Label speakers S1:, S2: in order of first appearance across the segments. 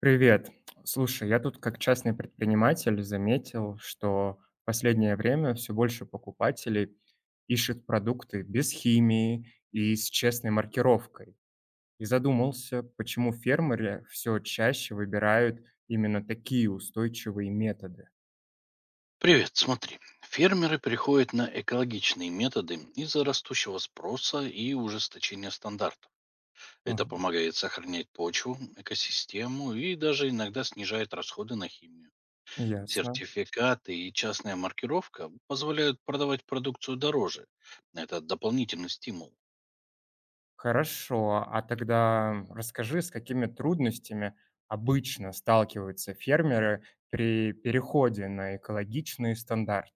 S1: Привет. Слушай, я тут как частный предприниматель заметил, что в последнее время все больше покупателей ищет продукты без химии и с честной маркировкой. И задумался, почему фермеры все чаще выбирают именно такие устойчивые методы.
S2: Привет, смотри. Фермеры переходят на экологичные методы из-за растущего спроса и ужесточения стандартов. Это
S1: Ага,
S2: помогает сохранять почву, экосистему и даже иногда снижает расходы на химию.
S1: ясно.
S2: Сертификаты и частная маркировка позволяют продавать продукцию дороже. Это дополнительный стимул.
S1: Хорошо, а тогда расскажи, с какими трудностями обычно сталкиваются фермеры при переходе на экологичные стандарты.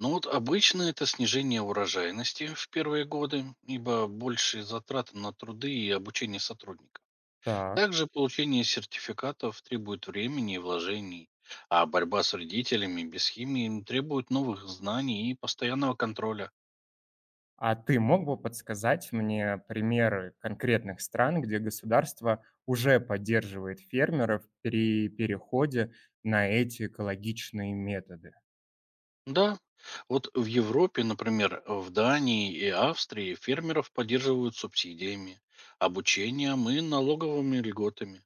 S2: Но вот обычно это снижение урожайности в первые годы, ибо большие затраты на труды и обучение сотрудников.
S1: Так.
S2: Также получение сертификатов требует времени и вложений, а борьба с вредителями без химии требует новых знаний и постоянного контроля.
S1: А ты мог бы подсказать мне примеры конкретных стран, где государство уже поддерживает фермеров при переходе на эти экологичные методы?
S2: Да, вот в Европе, например, в Дании и Австрии фермеров поддерживают субсидиями, обучением и налоговыми льготами.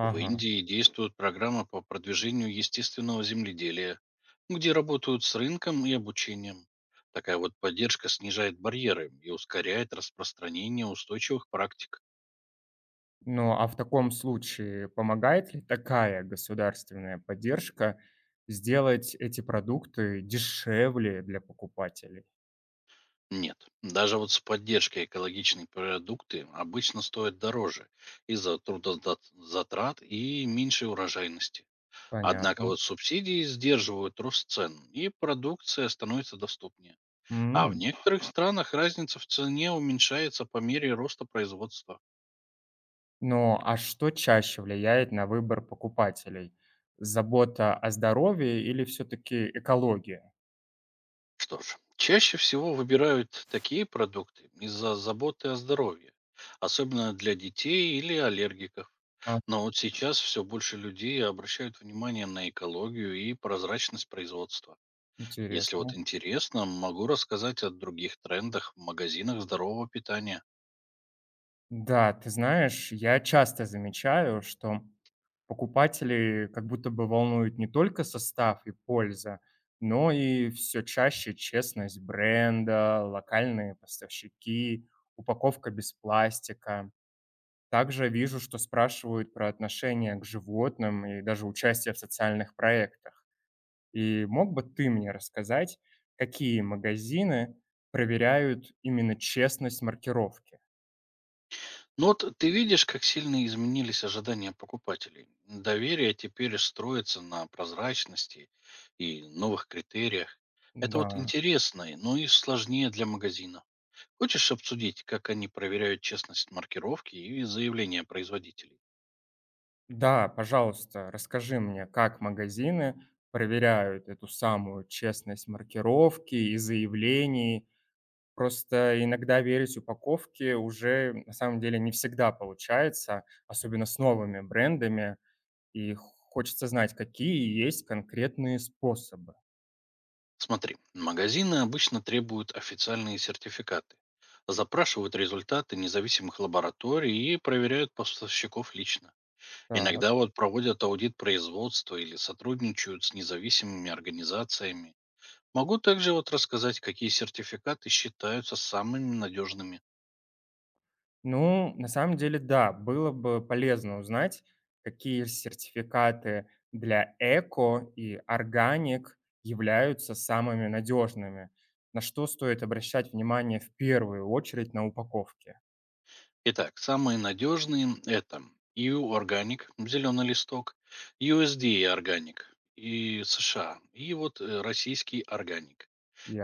S2: В Индии действует программа по продвижению естественного земледелия, где работают с рынком и обучением. Такая вот поддержка снижает барьеры и ускоряет распространение устойчивых практик.
S1: Ну, а в таком случае помогает ли такая государственная поддержка сделать эти продукты дешевле для покупателей?
S2: Нет, даже вот с поддержкой экологичные продукты обычно стоят дороже из-за трудозатрат и меньшей урожайности. Однако вот
S1: Понятно.
S2: субсидии сдерживают рост цен, и продукция становится доступнее. А в
S1: М.
S2: некоторых странах разница в цене уменьшается по мере роста производства.
S1: Ну, а что чаще влияет на выбор покупателей? Забота о здоровье или все-таки экология?
S2: Что ж, чаще всего выбирают такие продукты из-за заботы о здоровье, особенно для детей или аллергиков.
S1: А,
S2: Но вот сейчас все больше людей обращают внимание на экологию и прозрачность производства. Если
S1: интересно.
S2: вот интересно, могу рассказать о других трендах в магазинах здорового питания.
S1: Да, ты знаешь, я часто замечаю, что покупателей как будто бы волнует не только состав и польза, но и все чаще честность бренда, локальные поставщики, упаковка без пластика. Также вижу, что спрашивают про отношение к животным и даже участие в социальных проектах. И мог бы ты мне рассказать, какие магазины проверяют именно честность маркировки?
S2: Ну вот ты видишь, как сильно изменились ожидания покупателей. Доверие теперь строится на прозрачности и новых критериях. Это вот
S1: Да.
S2: интересно, но и сложнее для магазина. Хочешь обсудить, как они проверяют честность маркировки и заявления производителей?
S1: Да, пожалуйста, расскажи мне, как магазины проверяют эту самую честность маркировки и заявлений. Просто иногда верить упаковке уже на самом деле не всегда получается, особенно с новыми брендами, и хочется знать, какие есть конкретные способы.
S2: Смотри, магазины обычно требуют официальные сертификаты, запрашивают результаты независимых лабораторий и проверяют поставщиков лично. Иногда
S1: Так.
S2: вот проводят аудит производства или сотрудничают с независимыми организациями. Могу также вот рассказать, какие сертификаты считаются самыми надежными.
S1: Ну, на самом деле, да, было бы полезно узнать, какие сертификаты для эко и органик являются самыми надежными. На что стоит обращать внимание в первую очередь на упаковке?
S2: Итак, самые надежные — это EU Organic, зеленый листок, USDA Organic и США, и вот российский Organic.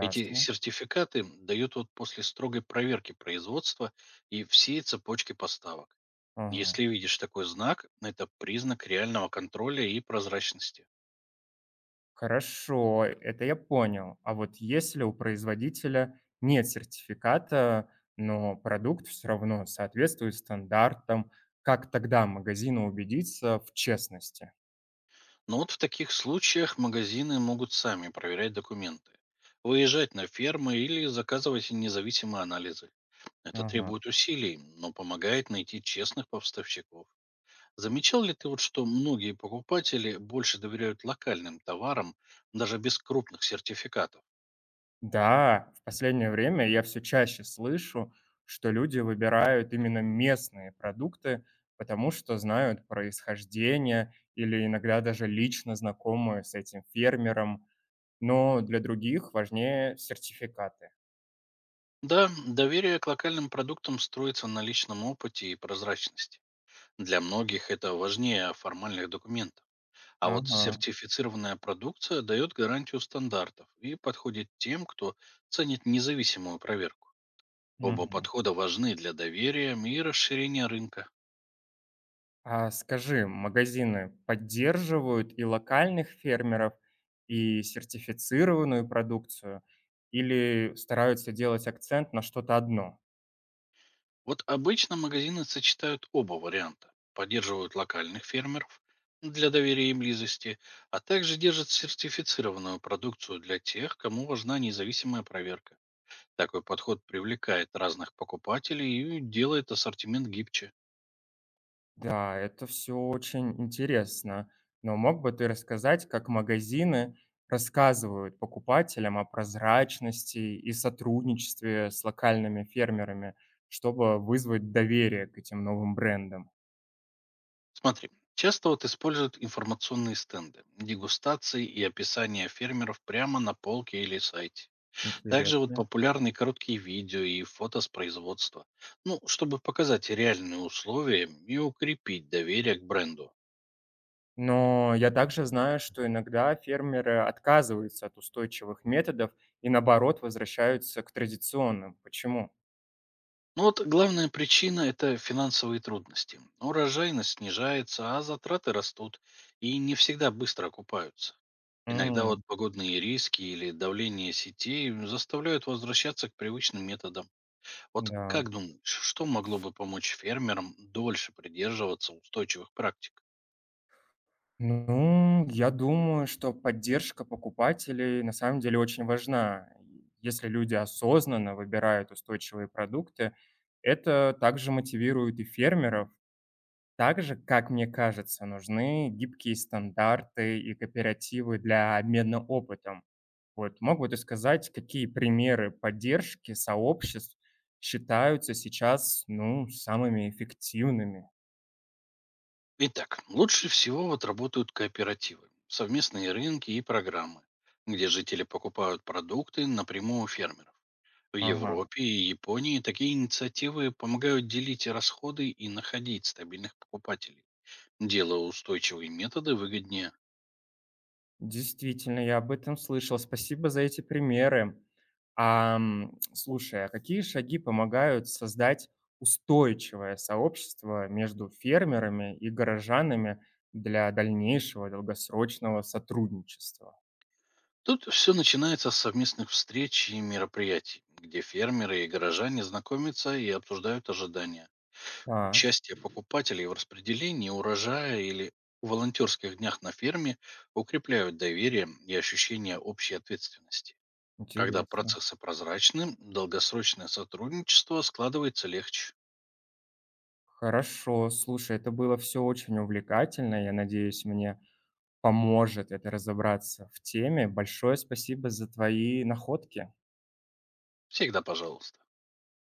S2: Эти сертификаты дают вот после строгой проверки производства и всей цепочки поставок.
S1: Ага.
S2: Если видишь такой знак, это признак реального контроля и прозрачности.
S1: Хорошо, это я понял. А вот если у производителя нет сертификата, но продукт все равно соответствует стандартам, как тогда магазину убедиться в честности?
S2: Но вот в таких случаях магазины могут сами проверять документы, выезжать на фермы или заказывать независимые анализы. Это
S1: Ага.
S2: требует усилий, но помогает найти честных поставщиков. Замечал ли ты вот, что многие покупатели больше доверяют локальным товарам, даже без крупных сертификатов?
S1: Да, в последнее время я все чаще слышу, что люди выбирают именно местные продукты, потому что знают происхождение или иногда даже лично знакомы с этим фермером, но для других важнее сертификаты.
S2: Да, доверие к локальным продуктам строится на личном опыте и прозрачности. Для многих это важнее формальных документов. А вот
S1: Ага.
S2: сертифицированная продукция дает гарантию стандартов и подходит тем, кто ценит независимую проверку. Оба
S1: Мгм.
S2: подхода важны для доверия и расширения рынка.
S1: А скажи, магазины поддерживают и локальных фермеров, и сертифицированную продукцию, или стараются делать акцент на что-то одно?
S2: Вот обычно магазины сочетают оба варианта. Поддерживают локальных фермеров для доверия и близости, а также держат сертифицированную продукцию для тех, кому важна независимая проверка. Такой подход привлекает разных покупателей и делает ассортимент гибче.
S1: Да, это все очень интересно. Но мог бы ты рассказать, как магазины рассказывают покупателям о прозрачности и сотрудничестве с локальными фермерами, чтобы вызвать доверие к этим новым брендам?
S2: Смотри, часто вот используют информационные стенды, дегустации и описания фермеров прямо на полке или сайте. Также вот
S1: Интересно.
S2: популярны короткие видео и фото с производства. Ну, чтобы показать реальные условия и укрепить доверие к бренду.
S1: Но я также знаю, что иногда фермеры отказываются от устойчивых методов и наоборот возвращаются к традиционным. Почему?
S2: Но вот главная причина — это финансовые трудности. Урожайность снижается, а затраты растут и не всегда быстро окупаются. Иногда вот
S1: М,
S2: погодные риски или давление сетей заставляют возвращаться к привычным методам. Вот
S1: да.
S2: как думаешь, что могло бы помочь фермерам дольше придерживаться устойчивых практик?
S1: Ну, я думаю, что поддержка покупателей на самом деле очень важна. Если люди осознанно выбирают устойчивые продукты, это также мотивирует и фермеров. Также, как мне кажется, нужны гибкие стандарты и кооперативы для обмена опытом. Вот, мог бы ты сказать, какие примеры поддержки сообществ считаются сейчас, ну, самыми эффективными?
S2: Итак, лучше всего вот работают кооперативы, совместные рынки и программы, где жители покупают продукты напрямую у фермеров. В
S1: Ага.
S2: Европе и Японии такие инициативы помогают делить расходы и находить стабильных покупателей, делая устойчивые методы выгоднее.
S1: Действительно, я об этом слышал. Спасибо за эти примеры. Слушай, а какие шаги помогают создать устойчивое сообщество между фермерами и горожанами для дальнейшего долгосрочного сотрудничества?
S2: Тут все начинается с совместных встреч и мероприятий, где фермеры и горожане знакомятся и обсуждают ожидания.
S1: Так,
S2: Участие покупателей в распределении урожая или волонтерских днях на ферме укрепляют доверие и ощущение общей ответственности. Когда
S1: интересно.
S2: процессы прозрачны, долгосрочное сотрудничество складывается легче.
S1: Хорошо, слушай, это было все очень увлекательно. Я надеюсь, мне поможет это разобраться в теме. Большое спасибо за твои находки.
S2: Всегда пожалуйста.